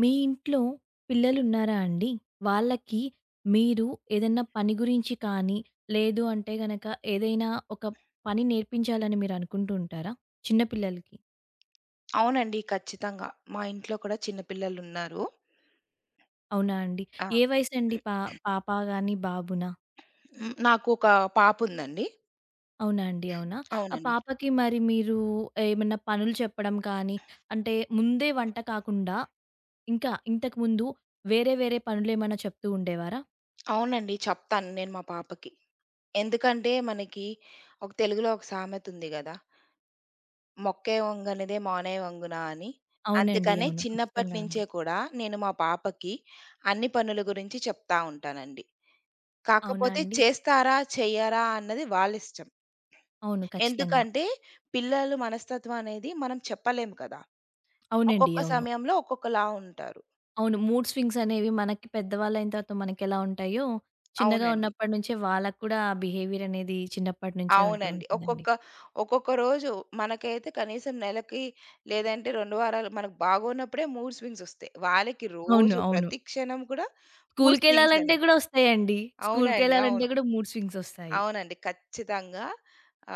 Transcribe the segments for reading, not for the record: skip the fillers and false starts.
మీ ఇంట్లో పిల్లలున్నారా అండి? వాళ్ళకి మీరు ఏదన్నా పని గురించి కానీ, లేదు అంటే గనక ఏదైనా ఒక పని నేర్పించాలని మీరనుకుంటూ ఉంటారా? చిన్న పిల్లలకి. అవునండి. ఖచ్చితంగా. మా ఇంట్లో కూడా చిన్న పిల్లలున్నారు. అవునా అండి? ఆ! ఏ వయసండి పాప గాని, బాబునా? నాకు ఒక పాప ఉందండి. అవునా అండి? అవునా? ఆ అవునండి. పాపకి మరి మీరు ఏమన్నా పనులు చెప్పడం కానీ, అంటే ముందే వంట కాకుండా ఇంకా ఇంతకుముందు వేరే వేరే పనులేమన్నా చెప్తూ ఉండేవారా? అవునండి. చెప్తాను నేను మా పాపకి. ఎందుకంటే మనకి ఒక తెలుగులో ఒక సామెత ఉంది గదా! "మొక్కే వంగనిదే మోనే వంగునా" అని. అవునండి. అందుకనే అవును. చిన్నప్పటి ఖచ్చితంగా అండి. నుంచే కూడా నేను మా పాపకి అన్ని పనుల గురించి చెప్తా ఉంటానండి. అవునా కాకపోతే అండి? చేస్తారా? చెయ్యరా? అన్నది వాళ్ళిష్టం. అవును. ఖచ్చితంగా. ఎందుకంటే పిల్లలు మనస్తత్వం అనేది మనం చెప్పలేము కదా! అవునండి. ఒక్కొక్క అవును. సమయంలో ఒక్కొక్కలా ఉంటారు. అవును. మూడ్ స్వింగ్స్ అనేవి మనకి పెద్దవాళ్ళైన తర్వాత మనకెలా ఉంటాయో, చిన్నగా అవునండి. ఉన్నప్పటి నుంచే వాళ్ళకి కూడా ఆ బిహేవియర్ అనేది చిన్నప్పటి నుంచే ఉంటూ అవునండి. ఉంటుందండి. ఒక్కొక్క ఒక్కొక్క రోజు మనకైతే కనీసం నెలకి లేదంటే 2 వారాలు మనకు బాగోన్నప్పుడే మూడ్ స్వింగ్సొస్తాయి. వాళ్ళకి అవును. రోజు అవును. ప్రతి క్షణం కూడా మూడ్ స్వింగ్స్ స్కూలుకెళ్ళాలంటే అనేవి. గూడా వస్తాయండి. అవునండి. స్కూలుకెళ్ళాలంటే అవును. గూడా మూడ్ స్వింగ్స్ వస్తాయి. అవునండి. ఖచ్చితంగా.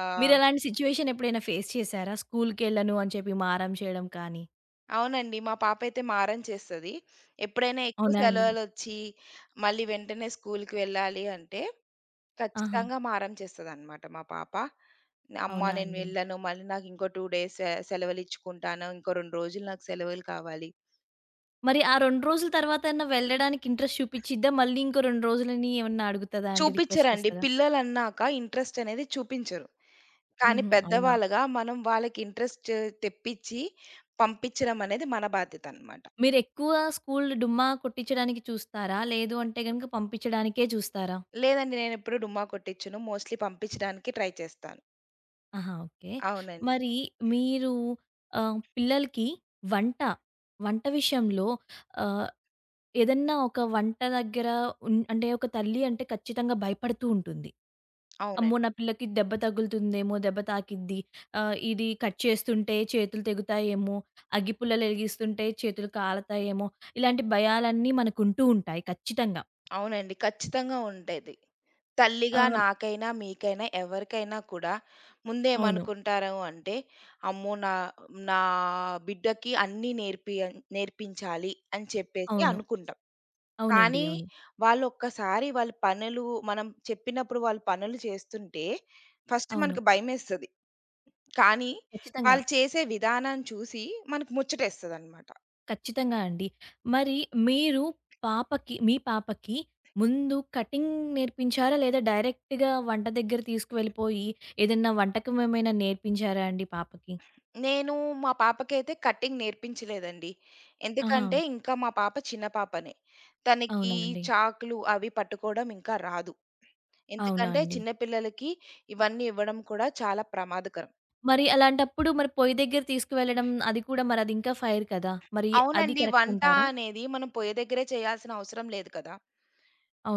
ఆహ్, మీరెలాంటి సిట్యుయేషన్ ఎప్పుడైనా ఫేస్ చేశారా? స్కూలుకెళ్ళను అని చెప్పి మారం చేయడం కానీ. అవునండి. మా పాప అయితే మారం చేస్తది. ఎప్పుడైనా ఎక్కువ అవునా అండి? సెలవులొచ్చి మళ్ళీ వెంటనే స్కూలుకి వెళ్ళాలి అంటే ఆహా! ఖచ్చితంగా మారం చేస్తదనమాట మా పాప. అమ్మ అవునా నేను అండి? వెళ్ళను. మళ్ళీ నాకు ఇంకో 2 డేస్ సెలవులిచ్చుకుంటాను. ఇంకో 2 రోజులు నాకు సెలవులు కావాలి. మరి ఆ 2 రోజుల తర్వాతన్నా వెళ్ళడానికి ఇంట్రెస్ట్ చూపిచ్చిద్దా? మళ్ళీ ఇంకో 2 రోజులని ఏమన్నా అడుగుతదా అండి? రిక్వెస్ట్ చూపిచ్చరండి. చేస్తదా? పిల్లలన్నాక ఇంట్రెస్ట్ అనేది చూపించరు. కానీ హుహు. అవునా? పెద్దవాళ్ళుగా మనం వాళ్ళకి ఇంట్రెస్ట్ తెప్పిచ్చి పంపిచ్చడం అనేది మన బాధ్యత అనమాట. మీరెక్కువ స్కూలు డుమ్మా కొట్టిచ్చడానికి చూస్తారా? లేదు అంటే గనుక పంపించడానికే చూస్తారా? లేదండి నేనెప్పుడు డుమ్మా కొట్టిచ్చను. మోస్ట్‌లీ పంపిచ్చడానికి ట్రై చేస్తాను. ఆహా! ఓకే. అవునండి. మరి మీరు పిల్లలకి వంట, వంట విషయంలో ఆహ్, ఏదన్నా ఒక వంట దగ్గర అంటే ఒక తల్లి అంటే ఖచ్చితంగా భయపడుతూ ఉంటుంది. అమ్మో! అవునండి. నా పిల్లకి దెబ్బ తగులుతుందేమో, దెబ్బ తాకిద్ది. ఇది కట్ చేస్తుంటే చేతులు తెగుతాయేమో, అగ్గిపుల్లలు ఎలిగిస్తుంటే చేతులు కాలతాయేమో, ఇలాంటి భయాలన్నీ మనకుంటూ ఉంటాయి ఖచ్చితంగా. అవునండి. ఖచ్చితంగా ఉండేది. తల్లిగా ఆహ్ నాకైనా, మీకైనా, ఎవరికైనా కూడా అవును. ముందేమనుకుంటారు అంటే, అమ్మో! నా నా బిడ్డకి అన్నీ నేర్పించాలి అని చెప్పేసి అవును. అనుకుంటాం. అవునండి. కానీ అవును. వాళ్ళొక్కసారి వాళ్ళ పనులు మనం చెప్పినప్పుడు వాళ్ళు పనులు చేస్తుంటే ఫస్ట్ అవును. మనకు భయమేస్తది. కానీ ఖచ్చితంగా. వాళ్ళు చేసే విధానం చూసి మనకు ముచ్చటేస్తదనమాట. ఖచ్చితంగా అండి. మరి మీరు మీ పాపకి ముందు కటింగ్ నేర్పించారా? లేదా డైరెక్ట్‌గా వంట దగ్గర తీసుకువెళ్ళిపోయి ఏదన్నా వంటకం ఏమైనా నేర్పించారా అండి పాపకి? నేను మా పాపకైతే కటింగ్ నేర్పించలేదండి. ఆహా! ఎందుకంటే ఇంకా మా పాప చిన్న పాపనే. తనకి అవునా అండి? చాకులు అవి పట్టుకోవడం ఇంకా రాదు. అవునా ఎందుకంటే అండి? చిన్న పిల్లలకి ఇవన్నీ ఇవ్వడం కూడా చాలా ప్రమాదకరం. మరి అలాంటప్పుడు మరి పొయ్యి దగ్గర తీసుకువెళ్ళడం అది కూడా మరి అది ఇంకా ఫైర్ కదా! మరి అది అవునండి. కరెక్ట్ వంట అంటారా? అనేది మనం పొయ్యి దగ్గరే చేయాల్సిన అవసరం లేదు కదా!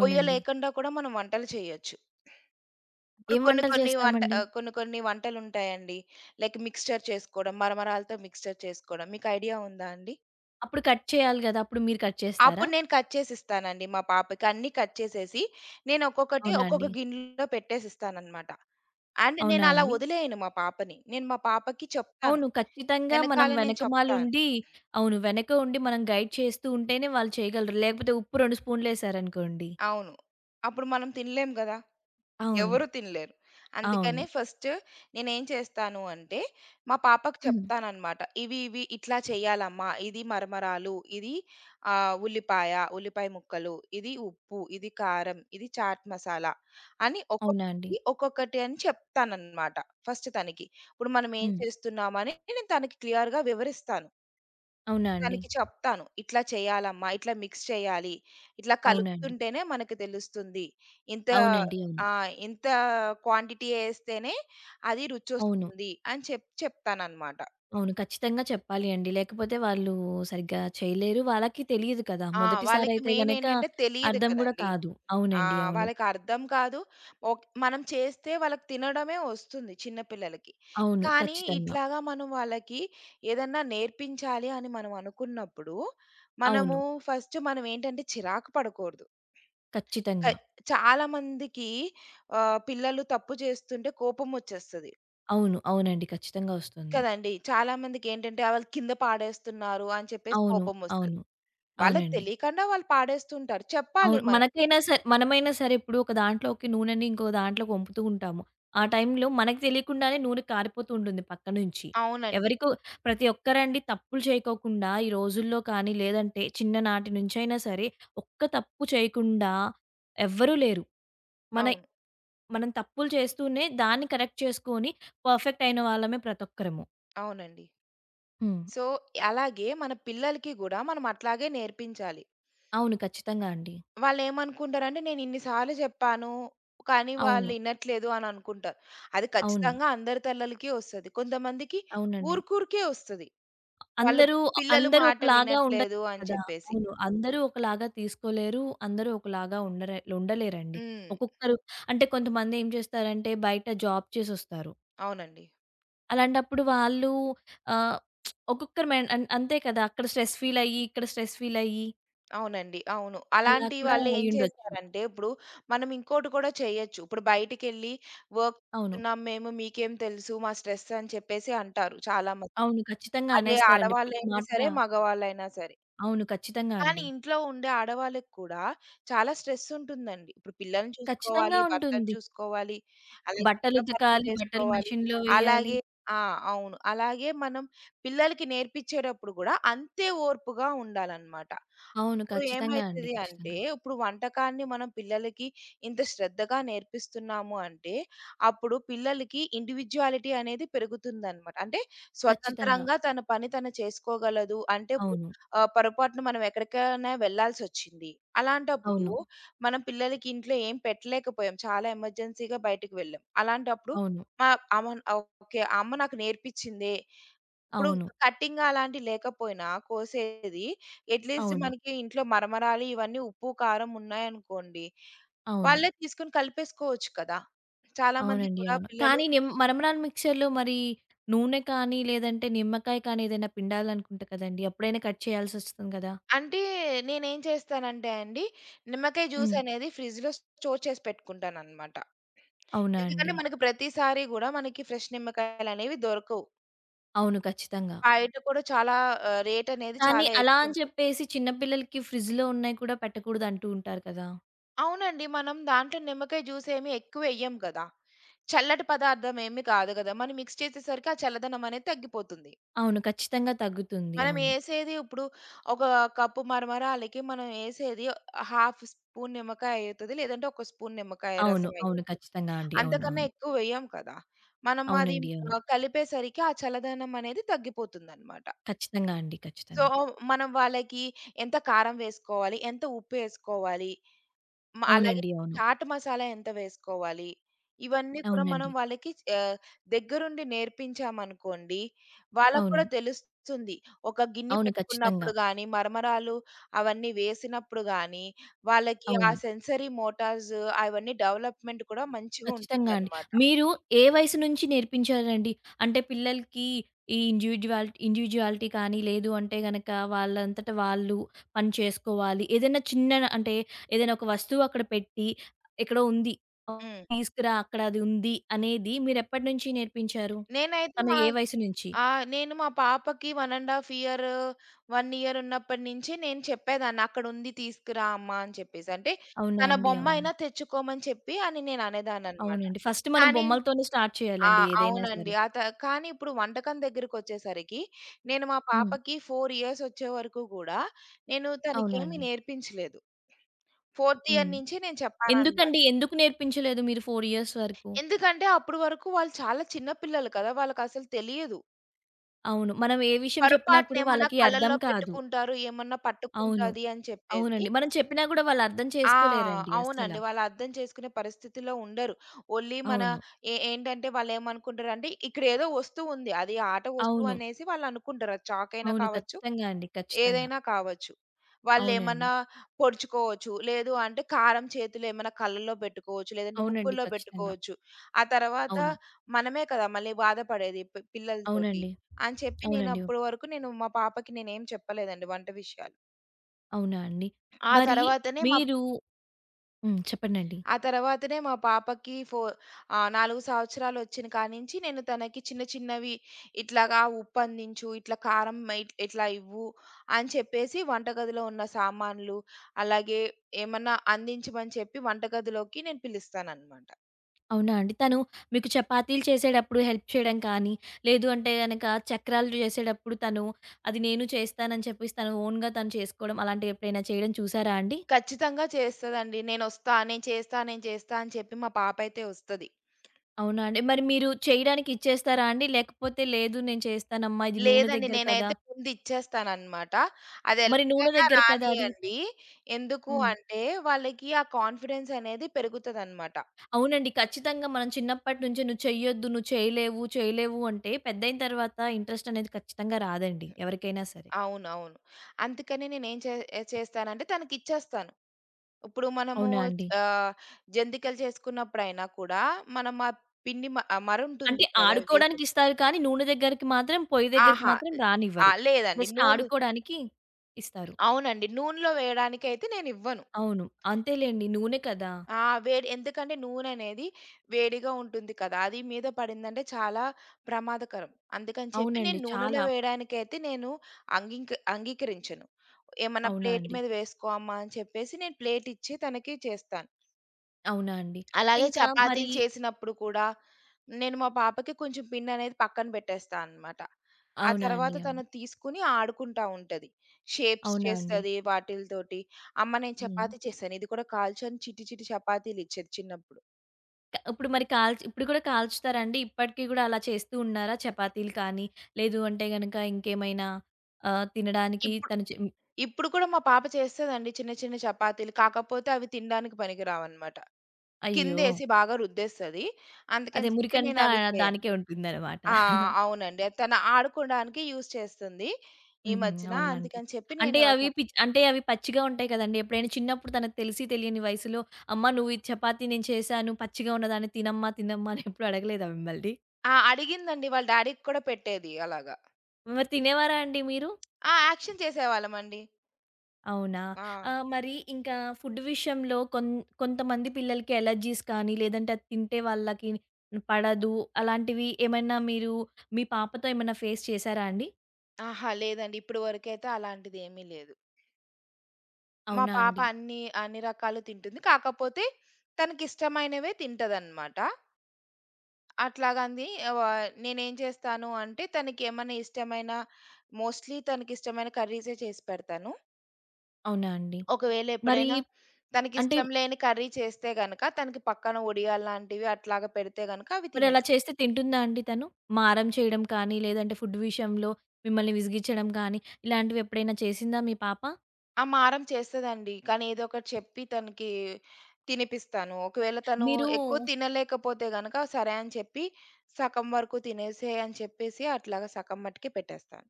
పొయ్య లేకుండా కూడా మనం వంటలు చేయొచ్చు. ఇప్పుడు ఏం కొన్ని వంటలు కొన్ని చేస్తామండి? కొన్ని కొన్ని వంటలుంటాయండి. లైక్ మిక్స్చర్ చేసుకోవడం, మరమరాలతో మిక్స్చర్ చేసుకోవడం మీకు ఐడియా ఉందా అండి? అప్పుడు కట్ చేయాలి గదా! అప్పుడు మీరు కట్ చేస్తారా? అప్పుడు నేను కట్ చేసిస్తానండి మా పాపకి. అన్నీ కట్ చేసేసి, నేను ఒక్కొక్కటి అవునా అండి? ఒక్కొక్క గిన్నెలో పెట్టేసిస్తాననమాట. అండ్ అవునా నేనలా అండి? వదిలేయను మా పాపని. నేను మా పాపకి చెప్తాను. అవును. ఖచ్చితంగా మనం వెనకాల నేను చెప్తాను. వెనకమాలుండి అవును. వెనక ఉండి మనం గైడ్ చేస్తూ ఉంటేనే వాళ్ళు చేయగలరు. లేకపోతే ఉప్పు 2 స్పూన్‌లేసారనుకోండి. అవును. అప్పుడు మనం తినలేం గదా! అవును. ఎవరు తినలేరు. అందుకనే అవును. ఫస్ట్ నేనేం చేస్తాను అంటే, మా పాపకు హ్మ్. చెప్తాననమాట. ఇవి ఇట్లా చేయాలమ్మా. ఇది మరమరాలు, ఇది ఆహ్, ఉల్లిపాయ, ఉల్లిపాయ ముక్కలు, ఇది ఉప్పు, ఇది కారం, ఇది చాట్ మసాలా అని అవునా అండి? ఒక్కొక్కటి, ఒక్కొక్కటి అని చెప్తాననమాట ఫస్ట్ తనకి. ఇప్పుడు మనం ఏం హ్మ్. చేస్తున్నామని నేను తనకి క్లియర్‌గా వివరిస్తాను. అవునా అండి? తనకి చెప్తాను. "ఇట్లా చేయాలమ్మా, ఇట్లా మిక్స్ చేయాలి. ఇట్లా అవునా అండి? కలుపుతుంటేనే మనకు తెలుస్తుంది. ఇంత అవునండి. అవును. ఆ! ఇంత క్వాంటిటీ యేస్తేనే అది అవును. రుచొస్తుంది" అని చెప్తాననమాట. అవును. ఖచ్చితంగా చెప్పాలి అండి. లేకపోతే వాళ్ళు సరిగ్గా చేయలేరు. వాళ్ళకి తెలియదు కదా! ఆ! వాళ్ళకి మొదటిసారయితే మెయిన్ గనక ఏంటంటే తెలియదు అర్థం గూడా కదండీ! కాదు. ఆ! అవునండి. అవును. వాళ్ళకి అర్థం కాదు. ఓక్ మనం చేస్తే వాళ్ళకి తినడమే వస్తుంది చిన్న పిల్లలకి. అవును. కానీ ఖచ్చితంగా. ఇట్లాగా మనం వాళ్ళకి ఏదన్నా నేర్పించాలి అని మనం అనుకున్నప్పుడు, అవును. మనము ఫస్ట్ మనం ఏంటంటే చిరాకు పడకూడదు. కై ఖచ్చితంగా. చాలామందికి పిల్లలు తప్పు చేస్తుంటే కోపమొచ్చేస్తది. అవును. అవునండి. ఖచ్చితంగా ఒస్తుంది. కదండీ! చాలామందికేంటంటే వాళ్ళు కింద పాడేస్తున్నారు అని చెప్పేసి అవును. కోపమొస్తది. అవును. వాళ్ళకి అవునండి. తెలియకుండా వాళ్ళు పాడేస్తుంటారు. చెప్పాలి అవును. మనం. మనకైనా సరే మనమైనా సరే ఇప్పుడు ఒక దాంట్లోకి నూనెని ఇంకో దాంట్లోకి వంపుతూ ఉంటాము. ఆ టైంలో మనకు తెలియకుండానే నూనె కారిపోతూ ఉంటుంది పక్క నుంచి. అవునండి. ఎవరికో ప్రతి ఒక్కరండి తప్పులు చేయకోకుండా ఈ రోజుల్లో కానీ, లేదంటే చిన్ననాటి నుంచైనా సరే ఒక్క తప్పు చేయకుండా ఎవ్వరూ లేరు. మన అవును. మనం తప్పులు చేస్తూనే దాన్ని కరెక్ట్ చేసుకొని పర్ఫెక్ట్ అయిన వాళ్ళమే ప్రతొక్కరము. అవునండి. హ్మ్. సో, అలాగే మన పిల్లలకి గూడా మనం అట్లాగే నేర్పించాలి. అవును. ఖచ్చితంగా అండి. వాళ్ళేమనుకుంటారంటే నేను ఇన్ని సార్లు జెప్పాను. కానీ వాళ్ళు అవును. ఇనట్లేదు అని అనుకుంటారు. అది అవును. ఖచ్చితంగా అందరి తల్లలకి ఒస్తది. కొంతమందికి అవునండి. ఊరుకూరికే ఒస్తది. వాళ్ళు అందరూ పిల్లలు అందరూ మాట ఒకలాగా ఉండరు వినట్లేదు అని కదా! చెప్పేసి. అవును. అందరూ ఒకలాగా తీసుకోలేరు. అందరూ ఒకలాగా ఉండరే ఉండలేరండి. హ్మ్. ఒక్కొక్కరు అంటే కొంతమంది ఏం చేస్తారంటే బయట జాబ్ చేసొస్తారు. అవునండి. అలాంటప్పుడు వాళ్ళు ఆహ్, ఒక్కొక్కరు మైండ్ అన్ అంతే కదా! అక్కడ స్ట్రెస్ ఫీలయ్యి, ఇక్కడ స్ట్రెస్ ఫీలయ్యి అవునండి. అవును. అలా అలాంటి కూడా వాళ్ళేం అయ్యుండొచ్చు. చేస్తారంటే, ఇప్పుడు మనం ఇంకోటి కూడా చేయొచ్చు. ఇప్పుడు బయటికెళ్ళి వర్క్ అవును. చేస్తున్నాం మేము, మీకేం తెలుసు మా స్ట్రెస్ అని చెప్పేసి అంటారు చాలామంది. అవును. ఖచ్చితంగా అదే అనేస్తారండి. పి ఆడవాళ్ళైనా మాట సరే, మగవాళ్ళైనా సరే. అవును. ఖచ్చితంగా కానీ అండి. ఇంట్లో ఉండే ఆడవాళ్ళకి కూడా చాలా స్ట్రెస్ ఉంటుందండి. ఇప్పుడు పిల్లల్ని ఖచ్చితంగా చూసుకోవాలి, భర్తను ఉంటుంది. చూసుకోవాలి, అలాగే ఇంట్లో పనులు బట్టలుతకాలి, బట్టలు చేసుకోవాలి. మెషిన్‌లో వెయ్యాలి. అలాగే ఆ! అవును. అలాగే మనం పిల్లలకి నేర్పించేటప్పుడు గూడా అంతే ఓర్పుగా ఉండాలనమాట. అవును. ఇప్పుడు ఖచ్చితంగా అండి. ఏమైతది అంటే, ఖచ్చితంగా. ఇప్పుడు వంటకాన్ని మనం పిల్లలకి ఇంత శ్రద్ధగా నేర్పిస్తున్నాము అంటే, అప్పుడు పిల్లలకి ఇండివిడ్యుయాలిటీ అనేది పెరుగుతుందనమాట. అంటే ఖచ్చితంగా. స్వతంత్రంగా తన పని తను చేసుకోగలదు. అంటే ఇప్పుడు అవును. పొరపాటున మనం ఎక్కడికైనా వెళ్ళాల్సొచ్చింది. అలాంటప్పుడు అవును. మనం పిల్లలకి ఇంట్లో ఏం పెట్టలేకపోయాం. చాలా ఎమర్జెన్సీగా బయటికి వెళ్ళాం. అలాంటప్పుడు అవును. మా అమ్మన్ ఓకే. ఆ అమ్మ నాకు నేర్పించిందే ఇప్పుడు అవును. కటింగ్ అలాంటివి లేకపోయినా కోసేది, అట్‌లీస్ట్ అవును. మనకి ఇంట్లో మరమరాలు ఇవన్నీ ఉప్పు, కారం ఉన్నాయనుకోండి, అవును. వాళ్ళే తీసుకొని కలిపేసుకోవచ్చు కదా! చాలామంది అవునండి. కూడా అవును. పిల్లలు కానీ మరమరాలు మిక్చర్‌లో మరి నూనె కానీ, లేదంటే నిమ్మకాయ కానీ ఏదైనా పిండాలనుకుంటా కదండీ! అప్పుడైనా కట్ చేయాల్సొస్తుంది కదా! అంటే నేనేం చేస్తానంటే అండి, నిమ్మకాయ హ్మ్. జ్యూస్ అనేది ఫ్రిడ్జ్‌లో స్టోర్ చేసి పెట్టుకుంటాననమాట. అవునా ఎందుకంటే అండి? మనకి ప్రతిసారి గూడా మనకి ఫ్రెష్ నిమ్మకాయలనేవి దొరకవు. అవును. ఖచ్చితంగా. బయట కూడా చాలా రేట్ అనేది కానీ చాలా అలా అని ఎక్కువుంటుంది. చెప్పేసి చిన్న పిల్లలకి ఫ్రిడ్జ్‌లో ఉన్నాయి కూడా పెట్టకూడదు అంటూ ఉంటారు కదా! అవునండి. మనం దాంట్లో నిమ్మకాయ జ్యూస్ ఏమి ఎక్కువ ఎయ్యం గదా! చల్లటి పదార్థం ఏమి కాదు గదా! మనం మిక్స్ చేసేసరికి ఆ చల్లదనం అనేది తగ్గిపోతుంది. అవును. ఖచ్చితంగా తగ్గుతుంది. మనం అవును. ఏసేది ఇప్పుడు ఒక కప్పు మరమరాలకి మనం ఏసేది హాఫ్ స్పూన్ నిమ్మకాయ అయితది. లేదంటే ఒక స్పూన్ నిమ్మకాయ అవును. రసం అవును. అయ్యుంటది. ఖచ్చితంగా అండి. అవును. అంతకన్నా అవును. ఎక్కువ వెయ్యం కదా! మనం అది అవునండి. అవును. కలిపేసరికి ఆ చల్లదనం అనేది తగ్గిపోతుందనమాట. ఖచ్చితంగా అండి. సో, ఖచ్చితంగా. మనం వాళ్ళకి ఎంత కారం వేసుకోవాలి? ఎంత ఉప్పు ఏసుకోవాలి? అలాగే అవునండి. అవును. చాట్ మసాలా ఎంత వేసుకోవాలి? ఇవన్నీ కూడా మనం అవునండి. వాళ్ళకి ఆహ్, దగ్గరుండి నేర్పించామనుకోండి, వాళ్ళకి అవును. కూడా తెలుస్తుంది. ఒక గిన్నె అవును. ఖచ్చితంగా. పట్టుకున్నప్పుడు గాని, మరమరాలు అవన్నీ వేసినప్పుడు గాని, వాళ్ళకి ఆ అవును. సెన్సరీ మోటార్స్ అవన్నీ డెవలప్‌మెంట్ కూడా మంచిగా ఖచ్చితంగా అండి. ఉంటుందన్నమాట. మీరు ఏ వయసు నుంచి నేర్పించారండి? అంటే పిల్లలకి ఈ ఇండివిడ్యుయాలిటీ కానీ, లేదు అంటే గనక వాళ్ళంతట వాళ్ళు పని చేసుకోవాలి. ఏదైనా చిన్న అంటే ఏదైనా ఒక వస్తువు అక్కడ పెట్టి, ఎక్కడో ఉంది. ఆ, హ్మ్. తీసుకురా అక్కడ అది ఉంది అనేది మీరెప్పటి నుంచి నేర్పించారు? నేనైతే తను మా ఏ వయసు నుంచి? ఆ! నేను మా పాపకి 1 ½ ఇయర్, 1 ఇయర్ ఉన్నప్పటి నుంచి నేను చెప్పేదాన్ని "అక్కడుంది తీసుకురా అమ్మా" అని చెప్పేసి. అంటే అవునా తన అండి? బొమ్మ అవునా? అయినా తెచ్చుకోమని చెప్పి అని నేను అనేదాన్ననమాట. అవునండి. ఫస్ట్ మనం కానీ బొమ్మలతోనే స్టార్ట్ ఆ! చేయాలండి ఏదైనా సరే. అవునండి. కానీ ఇప్పుడు వంటకం దగ్గరికొచ్చేసరికి నేను మా హ్మ్. పాపకి 4 ఇయర్స్ వచ్చే వరకు గూడా నేను అవునా తనకేమి అండి? నేర్పించలేదు. ఫోర్త్ హ్మ్. ఇయర్ నుంచి నేను చెప్పాననమాట. ఎందుకండి? ఎందుకు నేర్పించలేదు మీరు 4 ఇయర్స్ వరకు? ఎందుకంటే అప్పటి వరకు వాళ్ళు చాలా చిన్న పిల్లలు కదా! వాళ్ళకసలు తెలియదు. అవును. మనం ఏ విషయం చెప్పినా కూడా పొరపాటునేమన్నా వాళ్ళకి అర్థం కళ్ళల్లో కాదు. పెట్టుకుంటారు. ఏమన్నా అవును. పట్టుకుంటది అని చెప్పేసి. అవునండి. మనం చెప్పినా గూడా వాళ్ళు అర్థం ఆ! చేసుకోలేరండి అస్సల. అవునండి. వాళ్ళు అర్థం చేసుకునే పరిస్థితిలో ఉండరు. ఓన్లీ మన అవును. ఏ ఏంటంటే వాళ్ళేమనుకుంటారంటే ఇక్కడేదో వస్తువుంది. అది ఆట అవును. వస్తువనేసి వాళ్ళనుకుంటారు. అది చాకయినా అవును. కావచ్చు, ఖచ్చితంగా అండి. ఖచ్చితంగా. ఏదైనా కావచ్చు. అవునండి. వాళ్ళేమన్నా పొడుచుకోవచ్చు. లేదు అంటే కారం చేతులో ఏమన్నా కళ్ళలో పెట్టుకోవచ్చు. లేదంటే అవునండి. ముక్కుల్లో ఖచ్చితంగా. పెట్టుకోవచ్చు. ఆ తర్వాత అవును. మనమే కదా! మళ్ళీ బాధపడేది పిల్లలతోటి. అవునండి. అని చెప్పి అవునండి. నేనప్పటి వరకు నేను మా పాపకి నేనేం చెప్పలేదండి వంట విషయాలు. అవునా అండి? ఆ మరి తర్వాతనే మా మీరు హ్మ్. చెప్పండండి. ఆ తర్వాతనే మా పాపకి 4 సంవత్సరాలు వచ్చిన కానించి నేను తనకి చిన్న చిన్నవి ఇట్లాగా ఉప్పందించు, ఇట్లా కారం ఇట్లా ఇవ్వు అని చెప్పేసి వంటగదిలో ఉన్న సామాన్లు, అలాగే ఏమన్నా అందించమని చెప్పి వంటగదిలోకి నేను పిలుస్తాననమాట. అవునా అండి? తను మీకు చపాతీలు చేసేటప్పుడు హెల్ప్ చేయడం కానీ, లేదు అంటే గనక చక్రాలు చేసేటప్పుడు తను అది నేను చేస్తానని చెప్పేసి తను ఓన్‌గా తను చేసుకోవడం అలాంటివి ఎప్పుడైనా చేయడం చూసారా అండి? ఖచ్చితంగా చేస్తదండి. నేనొస్తా, నేను చేస్తా, నేను చేస్తా అని చెప్పి మా పాప అయితే వస్తది. అవునా అండి? మరి మీరు చేయడానికి ఇచ్చేస్తారా అండి? లేకపోతే లేదు నేను చేస్తానమ్మా ఇది నూనె లేదండి. దగ్గర కదా! నేనైతే ముందు ఇచ్చేస్తాననమాట. మరి నూనె అదెలాగైనా దగ్గర కదా అది. రానియండి. ఎందుకు హ్మ్. అంటే, వాళ్ళకి ఆ కాన్ఫిడెన్స్ అనేది పెరుగుతదనమాట. అవునండి. ఖచ్చితంగా మనం చిన్నప్పటి నుంచే నువ్వు చెయ్యొద్దు, నువ్వు చేయలేవు, చేయలేవు అంటే పెద్దయిన తర్వాత ఇంట్రెస్ట్ అనేది ఖచ్చితంగా రాదండి ఎవరికైనా సరే. అవునవును. అందుకని నేనేం చేస్తానంటే తనకిచ్చేస్తాను. ఇప్పుడు మనము అవునా అండి? ఆహ్, జంతికలు చేసుకున్నప్పుడైనా కూడా, మనం ఆ పిండి అంటే మరుంటుంది కదా! ఆడుకోవడానికి వేసేది. ఇస్తారు కానీ నూనె దగ్గరికి మాత్రం పొయ్యి దగ్గరికి ఆహా! మాత్రం ఆ! రానివ్వరు. లేదండి. జస్ట్ ఆడుకోవడానికి ఇస్తారు. అవునండి. నూనెలో వేయడానికైతే నేనివ్వను. అవును. అంతేలేండి. నూనె కదా! ఆ! ఎందుకంటే నూననేది వేడిగా ఉంటుంది కదా! అది మీద పడిందంటే చాలా ప్రమాదకరం. అందుకని చెప్పి అవునండి. నేను నూనెలో చాలా. వేయడానికైతే నేను అంగీకరించను. ఏమన్నా అవునా ప్లేట్ అండి? మీద వేసుకో అమ్మా అని చెప్పేసి నేను ప్లేట్ ఇచ్చి తనకి చేస్తాను. అవునా అండి? అలాగే ఇంకా మరి చపాతీలు చేసినప్పుడు కూడా నేను మా పాపకి కొంచెం పిండనేది పక్కన పెట్టేస్తా అన్నమాట. ఆ అవునా తర్వాత అండి. అవును. తను తీసుకొని ఆడుకుంటా ఉంటది. షేప్స్ అవునా అండి. చేస్తది వాటిలతోటి. అమ్మ నేను హ్మ్. చపాతీ చేశాను ఇది కూడా కాల్చు అని చిట్టి చిట్టి చపాతీలిచ్చేది చిన్నప్పుడు. ఇప్పుడు మరి కాల్చి ఇప్పుడు కూడా కాల్చుతారా అండి? ఇప్పటికి గూడా అలా చేస్తూ ఉన్నారా? చపాతీలు కానీ, లేదు అంటే గనక ఇంకేమైనా తినడానికి ఇప్పుడు తను చె ఇప్పుడు కూడా మా పాప చేస్తదండి చిన్న చిన్న చపాతీలు. కాకపోతే అవి తినడానికి పనికిరావనమాట. అయ్యో! కిందేసి బాగా రుద్దేస్తది. అదే అందుకని చెప్పి మురికంతా నేనవి చేయను. దానికే ఉంటుందన్నమాట. ఆ! అవునండి. తను ఆడుకోడానికి యూజ్ చేస్తుంది ఈ హుహు. మధ్యన. అవునా అండి. అందుకని చెప్పి అంటే నేను అవి చప్ పిచ్ అంటే అవి పచ్చిగా ఉంటాయి కదండీ! ఎప్పుడైనా చిన్నప్పుడు తనకు తెలిసి తెలియని వయసులో, "అమ్మ నువ్వు ఈ చపాతీ నేను చేశాను. పచ్చిగా ఉన్నదాన్ని తినమ్మా, తినమ్మా" అని ఎప్పుడు అడగలేదా మిమ్మల్ని? ఆ! అడిగిందండి. వాళ్ళ డ్యాడీకి కూడా పెట్టేది అలాగా. మరి తినేవారా అండి మీరు? ఆ! యాక్షన్ చేసేవాళ్ళమండి. అవునా? ఆ! మరి ఇంకా ఫుడ్ విషయంలో కొంతమంది పిల్లలకి అలెర్జీస్ కానీ, లేదంటే అది తింటే వాళ్ళకి పడదు. అలాంటివి ఏమైనా మీరు మీ పాపతో ఏమైనా ఫేస్ చేసారా అండి? అహా! లేదండి. ఇప్పుడు వరకైతే అలాంటిదేమీ లేదు. మా అవునా పాప అండి? అన్ని రకాలు తింటుంది. కాకపోతే తనకిష్టమైనవే తింటదనమాట. అట్లాగంది. ఆహ్, వ నేనేం చేస్తాను అంటే తనకేమన్నా ఇష్టమైన మోస్ట్‌లీ తనకిష్టమైన కర్రీసే చేసి పెడతాను. అవునా అండి? ఒకవేళ మరి ఎప్పుడైనా అంటే తనకిష్టం లేని కర్రీ చేస్తే గనక తనకి పక్కన వడియాలు లాంటివి అట్లాగా పెడితే గనక అవి మరి అలా తినేస్తది. చేస్తే తింటుందా అండి తను? మారం చేయడం కానీ, లేదంటే ఫుడ్ విషయంలో మిమ్మల్ని విసిగించడం కానీ, ఇలాంటివి ఎప్పుడైనా చేసిందా మీ పాప? ఆ! మారం చేస్తదండి. కానీ ఏదో ఒకటి చెప్పి తనకి తినిపిస్తాను. ఒకవేళ తను మీరు ఎక్కువ తినలేకపోతే గనక సరే అని చెప్పి సగం వరకు తినేసేయ్ అని చెప్పేసి అట్లాగా సగం మట్టుకే పెట్టేస్తాను.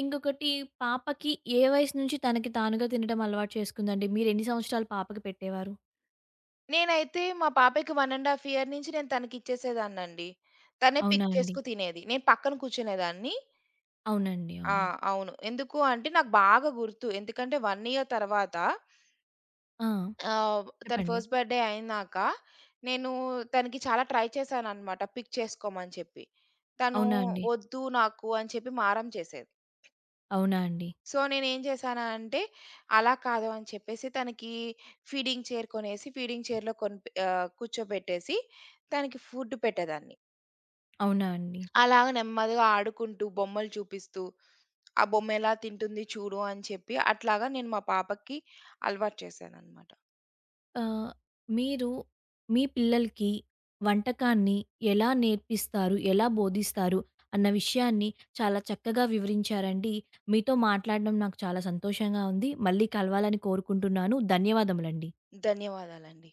ఇంకొకటి పాపకి ఏ వయసు నుంచి తనకి తానుగా తినడం అలవాటు చేసుకుందండి? మీరు ఎన్ని సంవత్సరాలు పాపకి పెట్టేవారు? నేనైతే మా పాపకి 1 ½ ఇయర్ నుంచి నేను తనకిచ్చేసేదాన్నండి. తనే అవునా పిక్ అండి? చేసుకు తినేది. నేను పక్కన కూర్చునేదాన్ని. అవునండి. ఆ! అవునా? అవును. ఎందుకు అంటే నాకు బాగా గుర్తు. ఎందుకంటే 1 ఇయర్ తర్వాత ఆ! తన చెప్పండి. ఫస్ట్ బర్త్‌డే అయినాక నేను తనకి చాలా ట్రై చేశాననమాట పిక్ చేసుకోమని చెప్పి. తను అవునా అండి? వద్దు నాకు అని చెప్పి మారం చేసేది. అవునా అండి? సో, నేనేం చేశానా అంటే, అలా కాదు అని చెప్పేసి తనకి ఫీడింగ్ చైర్ కొనేసి, ఫీడింగ్ చైర్‌లో కూర్చోబెట్టేసి, తనకి ఫుడ్ పెట్టేదాన్ని. అవునా అండి? అలాగ నెమ్మదిగా ఆడుకుంటూ, బొమ్మలు చూపిస్తూ, ఆ బొమ్మ ఎలా తింటుంది చూడు అని చెప్పి, అట్లాగా నేను మా పాపకి అలవాటు చేశాననమాట. ఆహ్, మీరు మీ పిల్లలకి వంటకాన్ని ఎలా నేర్పిస్తారు? ఎలా బోధిస్తారు? అన్న విషయాన్ని చాలా చక్కగా వివరించారండి. మీతో మాట్లాడడం నాకు చాలా సంతోషంగా ఉంది. మళ్ళీ కలవాలని కోరుకుంటున్నాను. ధన్యవాదములండి. ధన్యవాదాలండి.